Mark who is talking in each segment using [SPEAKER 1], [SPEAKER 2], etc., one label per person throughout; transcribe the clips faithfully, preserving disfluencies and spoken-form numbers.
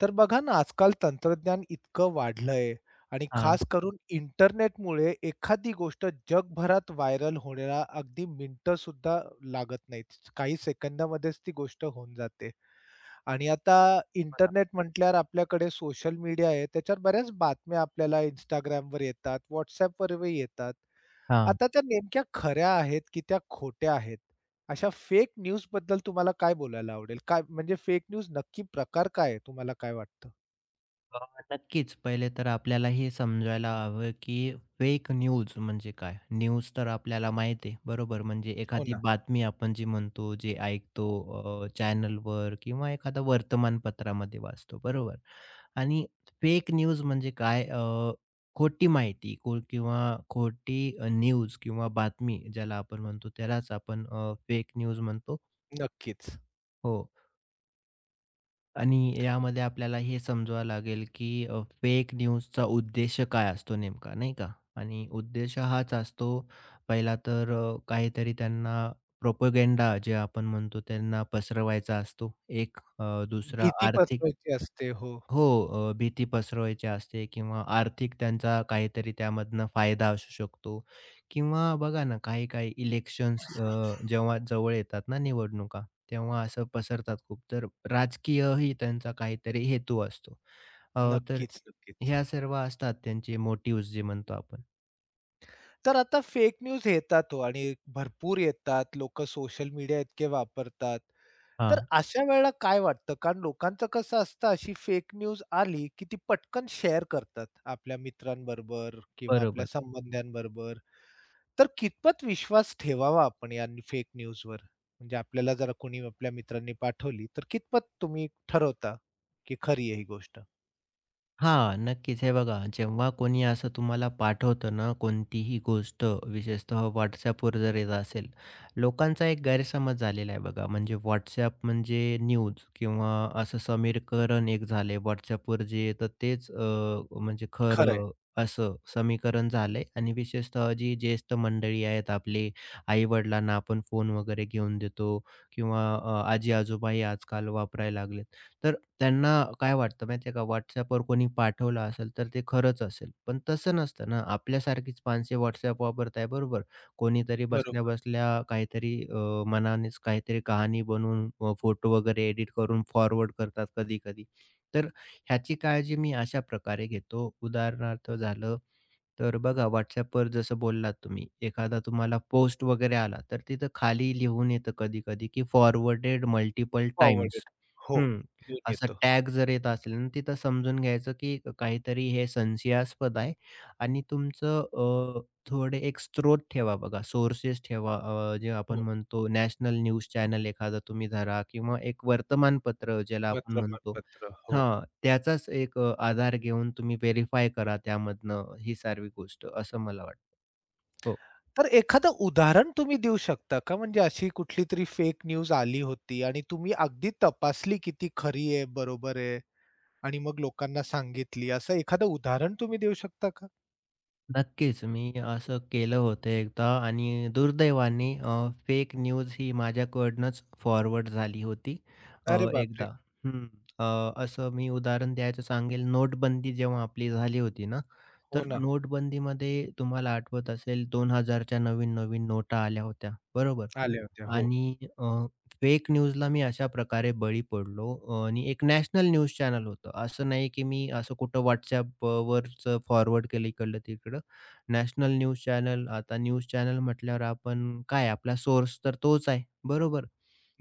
[SPEAKER 1] तर बघा ना, आजकाल तंत्रज्ञान इतकं वाढलंय आणि
[SPEAKER 2] हां,
[SPEAKER 1] खास करून इंटरनेटमुळे एखादी गोष्ट जगभरात व्हायरल होण्याला अगदी मिनिटंसुद्धा लागत नाहीत. काही सेकंदामध्येच ती गोष्ट होऊन जाते. आणि आता इंटरनेट म्हटल्यावर आपल्याकडे सोशल मीडिया आहे. त्याच्यावर बऱ्याच बातम्या आपल्याला Instagramवर येतात, WhatsAppवरही येतात.
[SPEAKER 2] हां.
[SPEAKER 1] आता त्या नेमक्या खऱ्या आहेत की त्या खोट्या आहेत? अशा फेक न्यूजबद्दल तुम्हाला काय बोलायला आवडेल? काय म्हणजे फेक न्यूज नक्की प्रकार काय आहे? तुम्हाला काय वाटतं?
[SPEAKER 2] अ, नक्कीच. पहिले तर आपल्याला हे समजायला हवं, की फेक न्यूज म्हणजे काय? न्यूज तर आपल्याला माहीत आहे, बरोबर? म्हणजे
[SPEAKER 1] हो
[SPEAKER 2] एखादी
[SPEAKER 1] ना.
[SPEAKER 2] बातमी आपण जी म्हणतो, जे ऐकतो अ, चॅनलवर किंवा एखादा वर्तमानपत्रामध्ये वाचतो, बरोबर? आणि फेक न्यूज म्हणजे काय? अ, खोटी माहिती को किंवा खोटी अ, न्यूज किंवा बातमी ज्याला आपण म्हणतो, त्यालाच आपण अ, फेक न्यूज म्हणतो.
[SPEAKER 1] नक्कीच.
[SPEAKER 2] हो. आणि यामध्ये आपल्याला हे समजावं लागेल, की अ, फेक न्यूजचा उद्देश काय असतो नेमका, नाही का? आणि उद्देश हाच असतो पहिला तर अ, काहीतरी त्यांना प्रोपगेंडा जे आपण म्हणतो त्यांना पसरवायचा असतो. एक अ, दुसरा
[SPEAKER 1] भीती
[SPEAKER 2] आर्थिक
[SPEAKER 1] पसरवायची असते. हो.
[SPEAKER 2] हो, अ, भीती पसरवायची असते किंवा आर्थिक त्यांचा काहीतरी त्यामधनं फायदा असू शकतो किंवा बघा ना, काही-काही इलेक्शन्स अ, जेव्हा जवळ येतात ना निवडणुका, तेव्हा असं पसरतात खूप. तर राजकीयही त्यांचा काहीतरी हेतू असतो. अ, तर
[SPEAKER 1] नक्कीच, नक्कीच.
[SPEAKER 2] ह्या सर्व असतात त्यांचे मोटिव्हज जे म्हणतो आपण.
[SPEAKER 1] तर आता फेक न्यूज येतात हो आणि भरपूर येतात. लोकं सोशल मीडिया इतके वापरतात. तर
[SPEAKER 2] हां.
[SPEAKER 1] अशा वेळेला काय वाटतं? कारण लोकांचं कसं असतं अशी फेक न्यूज आली, की ती पटकन शेअर करतात आपल्या मित्रांबरोबर किंवा आपल्या
[SPEAKER 2] बरोबर.
[SPEAKER 1] संबंध्यांबरोबर. तर कितपत विश्वास ठेवावा आपण या फेक न्यूजवर? म्हणजे आपल्याला जरा कोणी आपल्या मित्रांनी पाठवली, तर कितपत तुम्ही ठरवता, की खरी आहे ही गोष्ट?
[SPEAKER 2] हां, नक्कीच. हे बघा, जेव्हा कोणी असं तुम्हाला पाठवतं ना, कोणतीही गोष्ट, विशेषतः WhatsAppवर जर येत असेल, लोकांचा एक गैरसमज झालेला आहे बघा. म्हणजे WhatsApp म्हणजे न्यूज किंवा असं समीकरण एक झालंय. WhatsAppवर जे येतं तेच अ, म्हणजे
[SPEAKER 1] खरं.
[SPEAKER 2] खरं असं समीकरण झालंय आणि विशेषतः जी ज्येष्ठ मंडळी आहेत आपले, आई-वडिलांना आपण फोन वगैरे घेऊन देतो किंवा आजी-आजोबाही आजकाल वापरायला लागलेत. तर त्यांना काय वाटतं माहिती आहे का, WhatsAppवर कोणी पाठवलं असेल, तर ते खरंच असेल. पण तसं नसतं ना, आपल्यासारखीच माणसे WhatsApp वापरत बरोबर. कोणीतरी
[SPEAKER 1] बरोबर.
[SPEAKER 2] बसल्या-बसल्या काहीतरी अ, मनानेच काहीतरी कहाणी बनवून फोटो वगैरे एडिट करून फॉरवर्ड करतात कधी-कधी. तर ह्याची काळजी मी अशा प्रकारे घेतो. उदाहरणार्थ झालं तर बघा WhatsAppवर जसं बोललात तुम्ही, एखादा तुम्हाला पोस्ट वगैरे आला, तर तिथं खाली लिहून येतं कधी-कधी, की फॉरवर्डेड मल्टिपल टाइम्स.
[SPEAKER 1] फॉरवर्डेड. हो.
[SPEAKER 2] हं.
[SPEAKER 1] लिहून
[SPEAKER 2] असा
[SPEAKER 1] येतो.
[SPEAKER 2] टॅग जर येत असेल ना, तिथं समजून घ्यायचं, की काहीतरी हे संशयास्पद आहे आणि तुमचं अ, थोडे एक स्रोत ठेवा बघा, सोर्सेस ठेवा. अ, जे
[SPEAKER 1] हो.
[SPEAKER 2] आपण म्हणतो नॅशनल न्यूज चॅनल एखादा तुम्ही धरा किंवा एक वर्तमानपत्र ज्याला आपण म्हणतो.
[SPEAKER 1] वर्तमानपत्र. हो.
[SPEAKER 2] हां, त्याचाच एक अ, आधार घेऊन तुम्ही व्हेरिफाय करा त्यामधनं ही सारी गोष्ट, असं मला वाटतं. हो.
[SPEAKER 1] तर एखादं उदाहरण तुम्ही देऊ शकता का? म्हणजे अशी कुठली तरी फेक न्यूज आली होती आणि तुम्ही अगदी तपासली की ती खरी आहे, बरोबर आहे आणि मग लोकांना सांगितली. असं एखादं उदाहरण तुम्ही देऊ शकता का?
[SPEAKER 2] नक्कीच, मी असं केलं होतं एकदा आणि दुर्दैवाने फेक न्यूज ही माझ्याकडनंच फॉरवर्ड झाली होती अ,
[SPEAKER 1] अरे बापरे!
[SPEAKER 2] एकदा. हं. अ, असं मी उदाहरण द्यायचं सांगेल, नोटबंदी जेव्हा आपली झाली होती ना,
[SPEAKER 1] हो
[SPEAKER 2] तर
[SPEAKER 1] ना.
[SPEAKER 2] नोटबंदीमध्ये तुम्हाला आठवत असेल 2000च्या नवीन-नवीन नोटा आल्या होत्या, बरोबर?
[SPEAKER 1] आल्या होत्या. हो.
[SPEAKER 2] आणि फेक न्यूजला मी अशा प्रकारे बळी पडलो अ, आणि एक नॅशनल न्यूज चॅनल होतं. असं नाही की मी असं कुठं WhatsAppवरचं फॉरवर्ड केलं इकडलं-तिकडं. नॅशनल न्यूज चॅनल आता न्यूज चॅनल म्हटल्यावर आपण काय आपला सोर्स तर तोच आहे, बरोबर?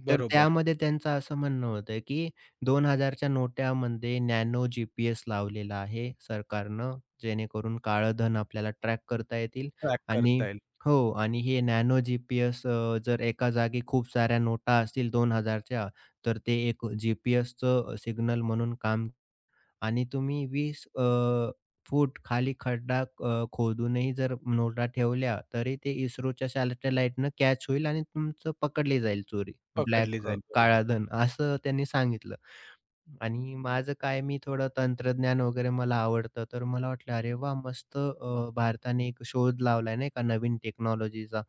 [SPEAKER 2] तर
[SPEAKER 1] बरोबर.
[SPEAKER 2] त्यामध्ये त्यांचं असं म्हणणं होतं की दोन हजार च्या नोटामध्ये नॅनो जी पी एस लावलेला आहे सरकारनं, जेणेकरून काळं धन आपल्याला ट्रॅक करता येतील
[SPEAKER 1] ट्रॅक
[SPEAKER 2] आणि
[SPEAKER 1] करता येईल.
[SPEAKER 2] हो आणि हे नॅनो जी पी एस जर एका जागी खूप साऱ्या नोटा असतील दोन हजार च्या, तर ते एक जी पी एसचं सिग्नल म्हणून काम आणि तुम्ही वीस अ, फूट खाली खड्डा अ, खोदूनही जर नोटा ठेवल्या, तरी ते इस्रोच्या सॅटेलाईटनं कॅच होईल आणि तुमचं पकडली जाईल चोरी.
[SPEAKER 1] पकडली
[SPEAKER 2] ब्लॅक
[SPEAKER 1] जाईल. बरोबर.
[SPEAKER 2] काळा धन असं त्यांनी सांगितलं आणि माझं काय मी थोडं तंत्रज्ञान वगैरे मला आवडतं, तर मला वाटलं, "अरे वाह! मस्त अ, भारताने एक शोध लावलाय नाही का नवीन टेक्नॉलॉजीचा."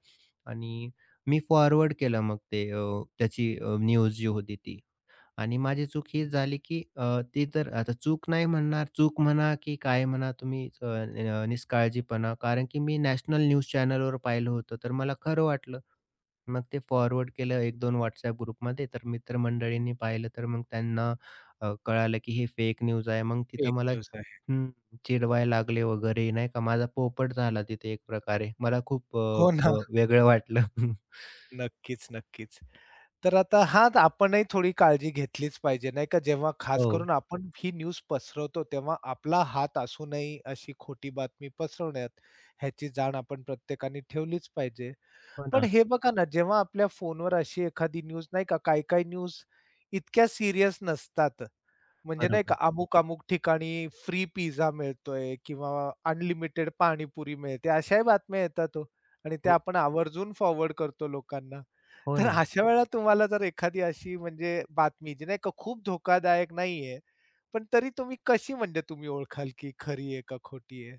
[SPEAKER 2] आणि मी फॉरवर्ड केलं मग ते अ, त्याची अ, न्यूज जी होती ती. आणि माझी चूक हीच झाली, की अ, ती तर आता चूक नाही म्हणणार, चूक म्हणा की काय म्हणा तुम्ही अ, अ, निष्काळजीपणा कारण की मी नॅशनल न्यूज चॅनलवर पाहिलं होतं, तर मला खरं वाटलं. मग ते फॉरवर्ड केलं एक दोन WhatsApp ग्रुपमध्ये. तर मित्रमंडळींनी पाहिलं, तर मग त्यांना अ, कळालं की हे फेक न्यूज आहे. मग तिथं
[SPEAKER 1] फेक
[SPEAKER 2] मला
[SPEAKER 1] न्यूज आहे.
[SPEAKER 2] हं, चिडवायला लागले वगैरे नाही का. माझा पोपट झाला तिथे एक प्रकारे. मला खूप अ,
[SPEAKER 1] हो
[SPEAKER 2] अ,
[SPEAKER 1] ना.
[SPEAKER 2] वेगळं वाटलं.
[SPEAKER 1] नक्कीच, नक्कीच. तर आता हाच आपणही थोडी काळजी घेतलीच पाहिजे, नाही का? जेव्हा खास
[SPEAKER 2] हो.
[SPEAKER 1] करून आपण ही न्यूज पसरवतो, तेव्हा आपला हात असू नये अशी खोटी बातमी पसरवण्यात, ह्याची जाण आपण प्रत्येकाने ठेवलीच पाहिजे.
[SPEAKER 2] हो
[SPEAKER 1] पण
[SPEAKER 2] ना.
[SPEAKER 1] हे बघा ना, जेव्हा आपल्या फोनवर अशी एखादी न्यूज नाही का, काही-काही न्यूज इतक्या सीरियस नसतात. म्हणजे नाही का,
[SPEAKER 2] बरोबर.
[SPEAKER 1] अमुक-अमुक ठिकाणी फ्री पिझ्झा मिळतोय किंवा अनलिमिटेड पाणीपुरी मिळते, अशाही बातम्या येतात हो आणि त्या
[SPEAKER 2] हो,
[SPEAKER 1] आपण आवर्जून फॉरवर्ड करतो लोकांना.
[SPEAKER 2] हो
[SPEAKER 1] तर
[SPEAKER 2] ना.
[SPEAKER 1] अशा वेळेला तुम्हाला जर एखादी अशी म्हणजे बातमी जी नाही का खूप धोकादायक नाहीये, पण तरी तुम्ही कशी म्हणजे तुम्ही ओळखाल की खरी आहे का खोटी आहे?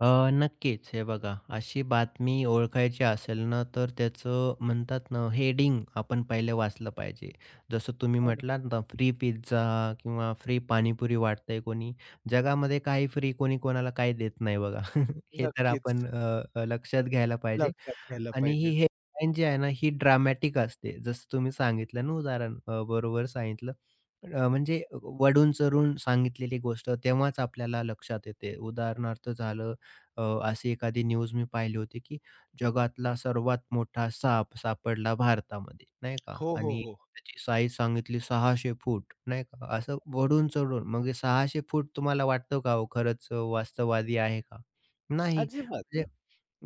[SPEAKER 2] अ, नक्कीच. हे बघा, अशी बातमी ओळखायची असेल ना, तर त्याचं म्हणतात ना, हेडिंग आपण पहिले वाचलं पाहिजे. जसं तुम्ही
[SPEAKER 1] हो ना.
[SPEAKER 2] म्हटलात ना, फ्री पिझ्झा किंवा फ्री पाणीपुरी वाटतंय कोणी. जगामध्ये काही फ्री कोणी कोणाला काही देत नाही बघा. हे तर
[SPEAKER 1] नक्कीच.
[SPEAKER 2] आपण अ, अ, लक्षात घ्यायला पाहिजे.
[SPEAKER 1] लक्षात घ्यायला
[SPEAKER 2] आणि ही
[SPEAKER 1] पाहिजे.
[SPEAKER 2] हेडलाईन जी आहे ना, ही ड्रामॅटिक असते. जसं तुम्ही सांगितलं ना उदाहरण अ, बरोबर सांगितलं. अ, म्हणजे वढून-चढून सांगितलेली गोष्ट तेव्हाच आपल्याला लक्षात येते. उदाहरणार्थ झालं अ, अशी एखादी न्यूज मी पाहिली होती, की जगातला सर्वात मोठा साप सापडला भारतामध्ये, नाही का?
[SPEAKER 1] हो, हो,
[SPEAKER 2] आणि
[SPEAKER 1] हो.
[SPEAKER 2] त्याची साईज सांगितली सहाशे फूट, नाही का? असं वढून-चढून. मग हे सहाशे फूट तुम्हाला वाटतं का हो खरंच अ, वास्तववादी आहे का? नाही.
[SPEAKER 1] अजिबात.
[SPEAKER 2] म्हणजे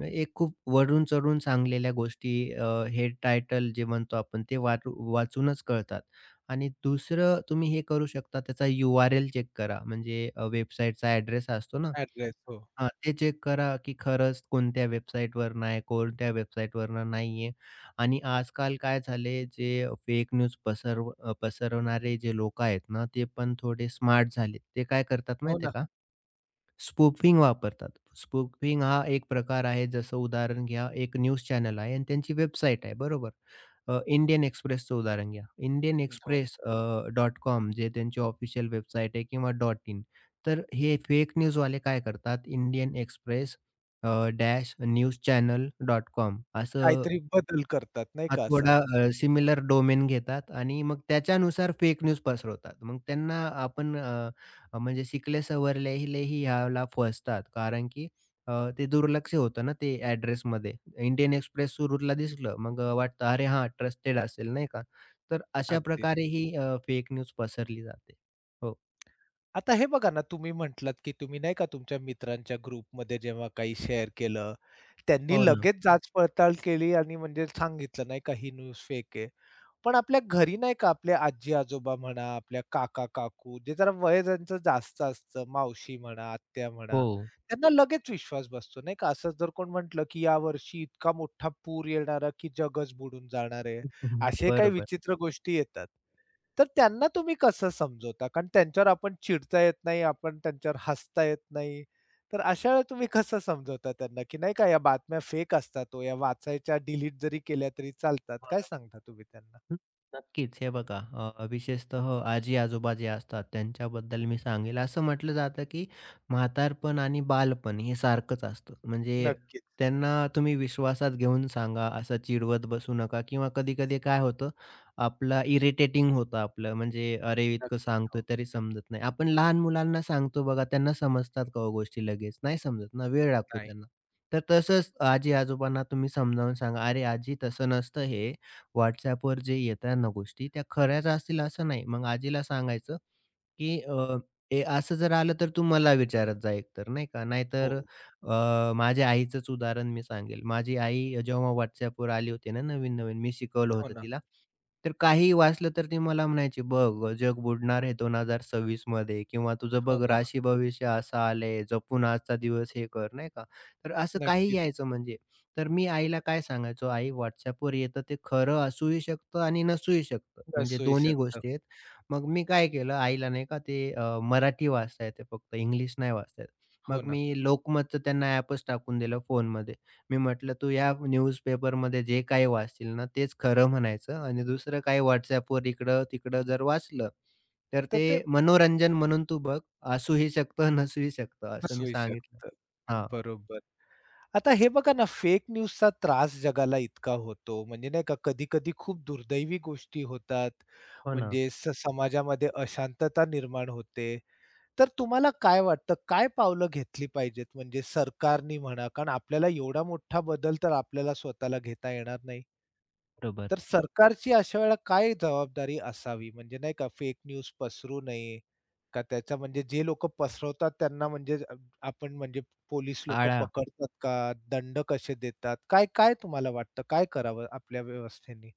[SPEAKER 2] एक खूप वरून चढून सांगलेल्या गोष्टी अ, हेड टायटल जे म्हणतो आपण ते वाटू वाचूनच कळतात. आणि दुसरं तुम्ही हे करू शकता त्याचा यू आर एल चेक करा. म्हणजे अ, वेबसाईटचा ॲड्रेस असतो ना
[SPEAKER 1] ॲड्रेस. हो.
[SPEAKER 2] हां, ते चेक करा, की खरंच कोणत्या वेबसाईटवरून आहे, कोणत्या वेबसाईटवरून नाहीये. आणि आजकाल काय झाले जे फेक न्यूज पसरव अ, पसरवणारे जे लोकं आहेत ना, ते पण थोडे स्मार्ट झालेत. ते काय करतात
[SPEAKER 1] हो
[SPEAKER 2] माहिती
[SPEAKER 1] ना.
[SPEAKER 2] का? स्पूफिंग वापरतात. स्पूफिंग हा एक प्रकार आहे. जसं उदाहरण घ्या, एक न्यूज चॅनल आहे आणि त्यांची वेबसाईट आहे, बरोबर? अ, इंडियन एक्सप्रेसचं उदाहरण घ्या. इंडियन
[SPEAKER 1] हो.
[SPEAKER 2] एक्सप्रेस डॉट कॉम जे त्यांची ऑफिशियल वेबसाईट आहे किंवा डॉट इन. तर हे फेक न्यूजवाले काय करतात, Indian Express uh, dash news channel dot com असं
[SPEAKER 1] काहीतरी बदल करतात नाही
[SPEAKER 2] हा
[SPEAKER 1] का असा.
[SPEAKER 2] थोडा सिमिलर डोमेन घेतात आणि मग त्याच्यानुसार फेक न्यूज पसरवतात. मग त्यांना आपण अ, अ, म्हणजे शिकले-सवरलेलेही ह्याला फसतात. कारण की अ, ते दुर्लक्ष होतं ना ते ॲड्रेसमध्ये. इंडियन एक्सप्रेस सुरूला दिसलं, मग अ, वाटतं अरे हां, ट्रस्टेड असेल नाही का? तर अशा
[SPEAKER 1] अगदीच.
[SPEAKER 2] प्रकारे ही फेक न्यूज पसरली जाते. हो.
[SPEAKER 1] आता हे बघा ना, तुम्ही म्हटलात, की तुम्ही नाही का तुमच्या मित्रांच्या ग्रुपमध्ये जेव्हा काही शेअर केलं, त्यांनी
[SPEAKER 2] हो ना.
[SPEAKER 1] लगेच जाच-पडताळ केली आणि म्हणजे सांगितलं नाही का, ही न्यूज फेक आहे. पण आपल्या घरी नाही का आपले आजी-आजोबा म्हणा, आपल्या काका-काकू जे जरा वय त्यांचं जास्त असतं, मावशी म्हणा, आत्या म्हणा,
[SPEAKER 2] हो.
[SPEAKER 1] त्यांना लगेच विश्वास बसतो नाही का. असं जर कोण म्हटलं, की यावर्षी इतका मोठा पूर येणार आहे, की जगच बुडून जाणार आहे. असे काही
[SPEAKER 2] बरोबर.
[SPEAKER 1] विचित्र गोष्टी येतात. तर त्यांना तुम्ही कसं समजवता? कारण त्यांच्यावर आपण चिडता येत नाही, आपण त्यांच्यावर हसता येत नाही. तर अशा वेळेला तुम्ही कसं समजवता त्यांना, की नाही का या बातम्या फेक असतात ओ, या वाचायच्या डिलीट जरी केल्या तरी चालतात.
[SPEAKER 2] हो
[SPEAKER 1] काय
[SPEAKER 2] ना.
[SPEAKER 1] सांगता तुम्ही त्यांना?
[SPEAKER 2] हं, नक्कीच. हे बघा अ, विशेषतः आजी-आजोबा जे असतात त्यांच्याबद्दल मी सांगेल. असं म्हटलं जातं, की म्हातारपण आणि बालपण हे सारखंच असतं. म्हणजे
[SPEAKER 1] नक्कीच,
[SPEAKER 2] त्यांना तुम्ही विश्वासात घेऊन सांगा, असं चिडवत बसू नका किंवा कधी-कधी काय होतं, आपला इरिटेटिंग होतं आपलं. म्हणजे अरे, इतकं
[SPEAKER 1] नक्कीच.
[SPEAKER 2] सांगतोय
[SPEAKER 1] हो.
[SPEAKER 2] तरी समजत नाही. आपण लहान मुलांना सांगतो बघा, त्यांना समजतात का हो गोष्टी लगेच? नाही समजत ना, वेळ लागतो
[SPEAKER 1] नाही.
[SPEAKER 2] त्यांना. तर तसंच आजी-आजोबांना तुम्ही समजावून सांगा, "अरे आजी, तसं नसतं हे. WhatsAppवर जे येतात ना गोष्टी, त्या खऱ्याच असतील असं नाही. मग आजीला सांगायचं, की अ, "हे असं जर आलं तर तू मला विचारत जा एकतर," नाही का.
[SPEAKER 1] हो,
[SPEAKER 2] नाहीतर अ, माझ्या आईचंच उदाहरण मी सांगेल. माझी आई जेव्हा WhatsAppवर आली होती ना नवीन-नवीन, मी शिकवलं
[SPEAKER 1] हो
[SPEAKER 2] होतं
[SPEAKER 1] ना,
[SPEAKER 2] तिला. तर काहीही वाचलं तर ती मला म्हणायची, "बघ जग बुडणार आहे दोन हजार सव्वीस मध्ये किंवा तुझं
[SPEAKER 1] हो
[SPEAKER 2] बघ
[SPEAKER 1] ना.
[SPEAKER 2] राशी भविष्य असं आलंय, जपून आजचा दिवस हे कर," नाही का. तर असं काही
[SPEAKER 1] नक्कीच.
[SPEAKER 2] यायचं म्हणजे. तर मी आईला काय सांगायचो, "आई WhatsAppवर येतं ते खरं असूही शकतं आणि नसूही शकतं." म्हणजे
[SPEAKER 1] नसूही
[SPEAKER 2] दोन्ही
[SPEAKER 1] शकतं.
[SPEAKER 2] गोष्टी आहेत. मग मी काय केलं आईला नाही का ते अ, मराठी वाचता येते फक्त इंग्लिश नाही वाचता येत.
[SPEAKER 1] हो
[SPEAKER 2] मग
[SPEAKER 1] ना.
[SPEAKER 2] मी लोकमतचं त्यांना ॲपच टाकून दिलं फोनमध्ये. मी म्हटलं, "तू या न्यूजपेपरमध्ये जे काही वाचशील ना तेच खरं म्हणायचं आणि दुसरं काही WhatsAppवर इकडं-तिकडं जर वाचलं, तर
[SPEAKER 1] तर ते
[SPEAKER 2] ते मनोरंजन म्हणून तू बघ. असूही शकतं, नसूही शकतं." असं मी
[SPEAKER 1] नसूही
[SPEAKER 2] सांगितलं.
[SPEAKER 1] शकतं.
[SPEAKER 2] हां,
[SPEAKER 1] बरोबर. आता हे बघा ना, फेक न्यूजचा त्रास जगाला इतका होतो, म्हणजे नाही का कधी-कधी खूप दुर्दैवी गोष्टी होतात.
[SPEAKER 2] हो ना.
[SPEAKER 1] म्हणजे स समाजामध्ये अशांतता निर्माण होते. तर तुम्हाला काय वाटतं, काय पावलं घेतली पाहिजेत म्हणजे सरकारनी म्हणा, कारण आपल्याला एवढा मोठा बदल तर आपल्याला स्वतःला घेता येणार नाही.
[SPEAKER 2] बरोबर.
[SPEAKER 1] तर सरकारची अशा वेळेला काय जबाबदारी असावी? म्हणजे नाही का फेक न्यूज पसरू नये, का त्याच्या म्हणजे जे लोकं पसरवतात त्यांना म्हणजे अ, आपण म्हणजे पोलीस लोकं
[SPEAKER 2] आळा.
[SPEAKER 1] पकडतात का? दंड कसे देतात? काय काय तुम्हाला वाटतं? काय करावं आपल्या व्यवस्थेने?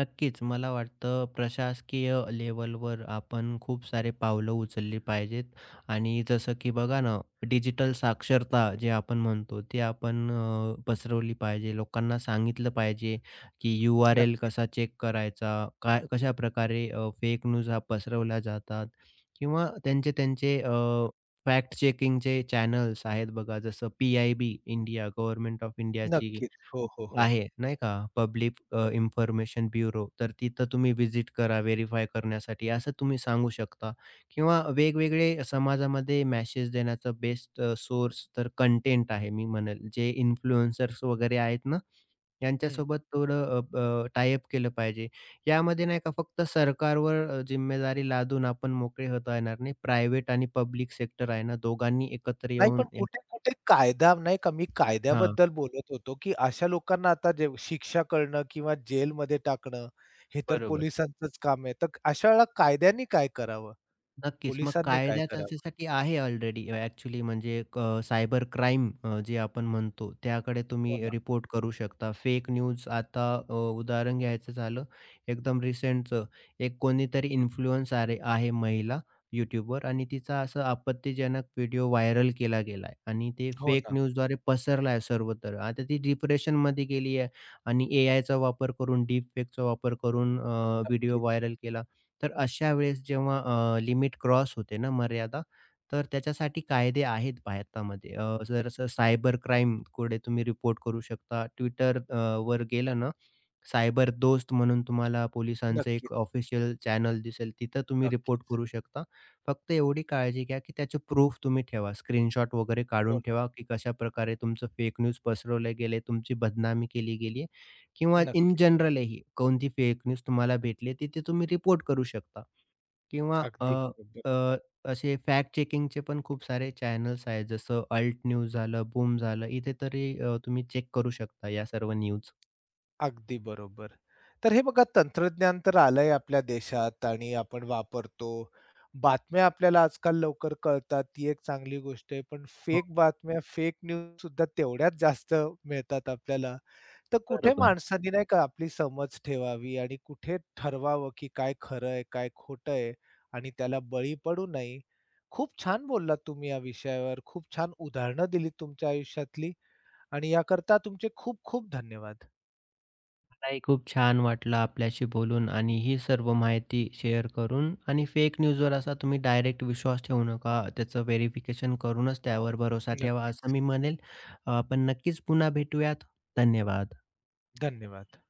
[SPEAKER 2] नक्कीच. मला वाटतं प्रशासकीय लेव्हलवर आपण खूप सारे पावलं उचलली पाहिजेत आणि जसं की बघा ना, डिजिटल साक्षरता जे आपण म्हणतो, ते आपण अ, पसरवली पाहिजे. लोकांना सांगितलं पाहिजे, की यू आर एल
[SPEAKER 1] नक्क
[SPEAKER 2] कसा चेक करायचा, काय कशाप्रकारे अ, फेक न्यूज हा पसरवल्या जातात किंवा त्यांचे त्यांचे फॅक्ट चेकिंगचे चॅनल्स आहेत बघा, जसं P I B India, government of इंडियाची
[SPEAKER 1] नक्कीच. हो, हो, हो.
[SPEAKER 2] आहे, नाही का? Public information bureau. तर तिथं तुम्ही व्हिजिट करा व्हेरिफाय करण्यासाठी, असं तुम्ही सांगू शकता किंवा वेगवेगळे समाजामध्ये मेसेज देण्याचा बेस्ट सोर्स तर कंटेंट आहे मी म्हणेल. जे इन्फ्लुएन्सर्स वगैरे आहेत ना,
[SPEAKER 1] हं.
[SPEAKER 2] यांच्यासोबत थोडं अ, केलं पाहिजे. यामध्ये नाही का फक्त सरकारवर अ, जिम्मेदारी लादून आपण मोकळे होता येणार नाही. प्रायव्हेट आणि पब्लिक सेक्टर आहे ना, दोघांनी एकत्र
[SPEAKER 1] नाही पण
[SPEAKER 2] येऊन एक
[SPEAKER 1] कुठे-कुठे कायदा नाही का मी
[SPEAKER 2] हां,
[SPEAKER 1] कायद्याबद्दल बोलत होतो, की अशा लोकांना आता जे शिक्षा करणं किंवा जेलमध्ये टाकणं, हे तर
[SPEAKER 2] बरोबर.
[SPEAKER 1] पोलिसांचंच काम आहे. तर अशा वेळेला कायद्याने काय करावं?
[SPEAKER 2] नक्कीच. मग
[SPEAKER 1] पोलिसांनी काय
[SPEAKER 2] कायदा
[SPEAKER 1] करावं?
[SPEAKER 2] त्याच्यासाठी आहे ऑलरेडी ॲक्चुअली म्हणजे क सायबर क्राईम अ, जे आपण म्हणतो त्याकडे
[SPEAKER 1] हो
[SPEAKER 2] तुम्ही
[SPEAKER 1] ना,
[SPEAKER 2] रिपोर्ट करू शकता. फेक न्यूज आता अ, उदाहरण घ्यायचं झालं एकदम रिसेंटचं, एक कोणीतरी इन्फ्लुएन्सर आहे आहे महिला YouTubeवर आणि तिचा असा आपत्तीजनक व्हिडिओ व्हायरल केला गेलाय आणि ते
[SPEAKER 1] हो
[SPEAKER 2] फेक
[SPEAKER 1] ना.
[SPEAKER 2] न्यूजद्वारे पसरला आहे सर्वत्र. आता ती डिप्रेशनमध्ये गेली आहे आणि एआयचा वापर करून, डीपफेकचा वापर करून व्हिडिओ
[SPEAKER 1] नक्कीच, हो.
[SPEAKER 2] व्हायरल केला. तर अशा वेळेस जेव्हा अ, लिमिट क्रॉस होते ना मर्यादा, तर त्याच्यासाठी कायदे आहेत भारतामध्ये. अ, जर असं सायबर क्राईमकडे तुम्ही रिपोर्ट करू शकता. ट्विटर अ, वर गेलं ना, सायबर दोस्त म्हणून तुम्हाला पोलिसांचं
[SPEAKER 1] नक्कीच,
[SPEAKER 2] एक ऑफिशियल चॅनल दिसेल. तिथं तुम्ही रिपोर्ट
[SPEAKER 1] नक्कीच.
[SPEAKER 2] करू शकता. फक्त एवढी काळजी घ्या, की त्याचे प्रूफ तुम्ही ठेवा. स्क्रीनशॉट वगैरे
[SPEAKER 1] हो
[SPEAKER 2] काढून
[SPEAKER 1] ना,
[SPEAKER 2] ठेवा, की कशाप्रकारे तुमचं फेक न्यूज पसरवले गेले, तुमची बदनामी केली गेली. किंवा इन
[SPEAKER 1] नक्कीच.
[SPEAKER 2] जनरलही कोणती फेक न्यूज तुम्हाला भेटली तिथे तुम्ही रिपोर्ट करू शकता किंवा अ,
[SPEAKER 1] अगदी बरोबर,
[SPEAKER 2] अ, असे फॅक्ट चेकिंगचे पण खूप सारे चॅनल्स आहेत जसं अल्ट न्यूज झालं, बूम झालं इथे तरी अ, तुम्ही चेक करू शकता या सर्व न्यूज.
[SPEAKER 1] अगदी बरोबर. तर हे बघा तंत्रज्ञान तर आलंय आपल्या देशात आणि आपण वापरतो. बातम्या आपल्याला आजकाल लवकर कळतात, ती एक चांगली गोष्ट आहे. पण
[SPEAKER 2] हो,
[SPEAKER 1] फेक बातम्या, फेक न्यूज सुद्धा तेवढ्याच जास्त मिळतात आपल्याला. तर कुठे
[SPEAKER 2] बरोबर.
[SPEAKER 1] माणसांनी नाही का आपली समज ठेवावी आणि कुठे ठरवावं, की काय खरं आहे, काय खोटं आहे आणि त्याला बळी पडू नये. खूप छान बोललात तुम्ही या विषयावर. खूप छान उदाहरणं दिली तुमच्या आयुष्यातली आणि याकरता तुमचे खूप खूप धन्यवाद.
[SPEAKER 2] मलाही खूप छान वाटलं आपल्याशी बोलून आणि ही सर्व माहिती शेअर करून आणि फेक न्यूजवर असा तुम्ही डायरेक्ट विश्वास ठेवू नका. त्याचं व्हेरिफिकेशन करूनच त्यावर भरोसा ठेवा असं
[SPEAKER 1] नक्कीच.
[SPEAKER 2] मी म्हणेल. आपण नक्कीच पुन्हा भेटूयात. धन्यवाद.
[SPEAKER 1] धन्यवाद.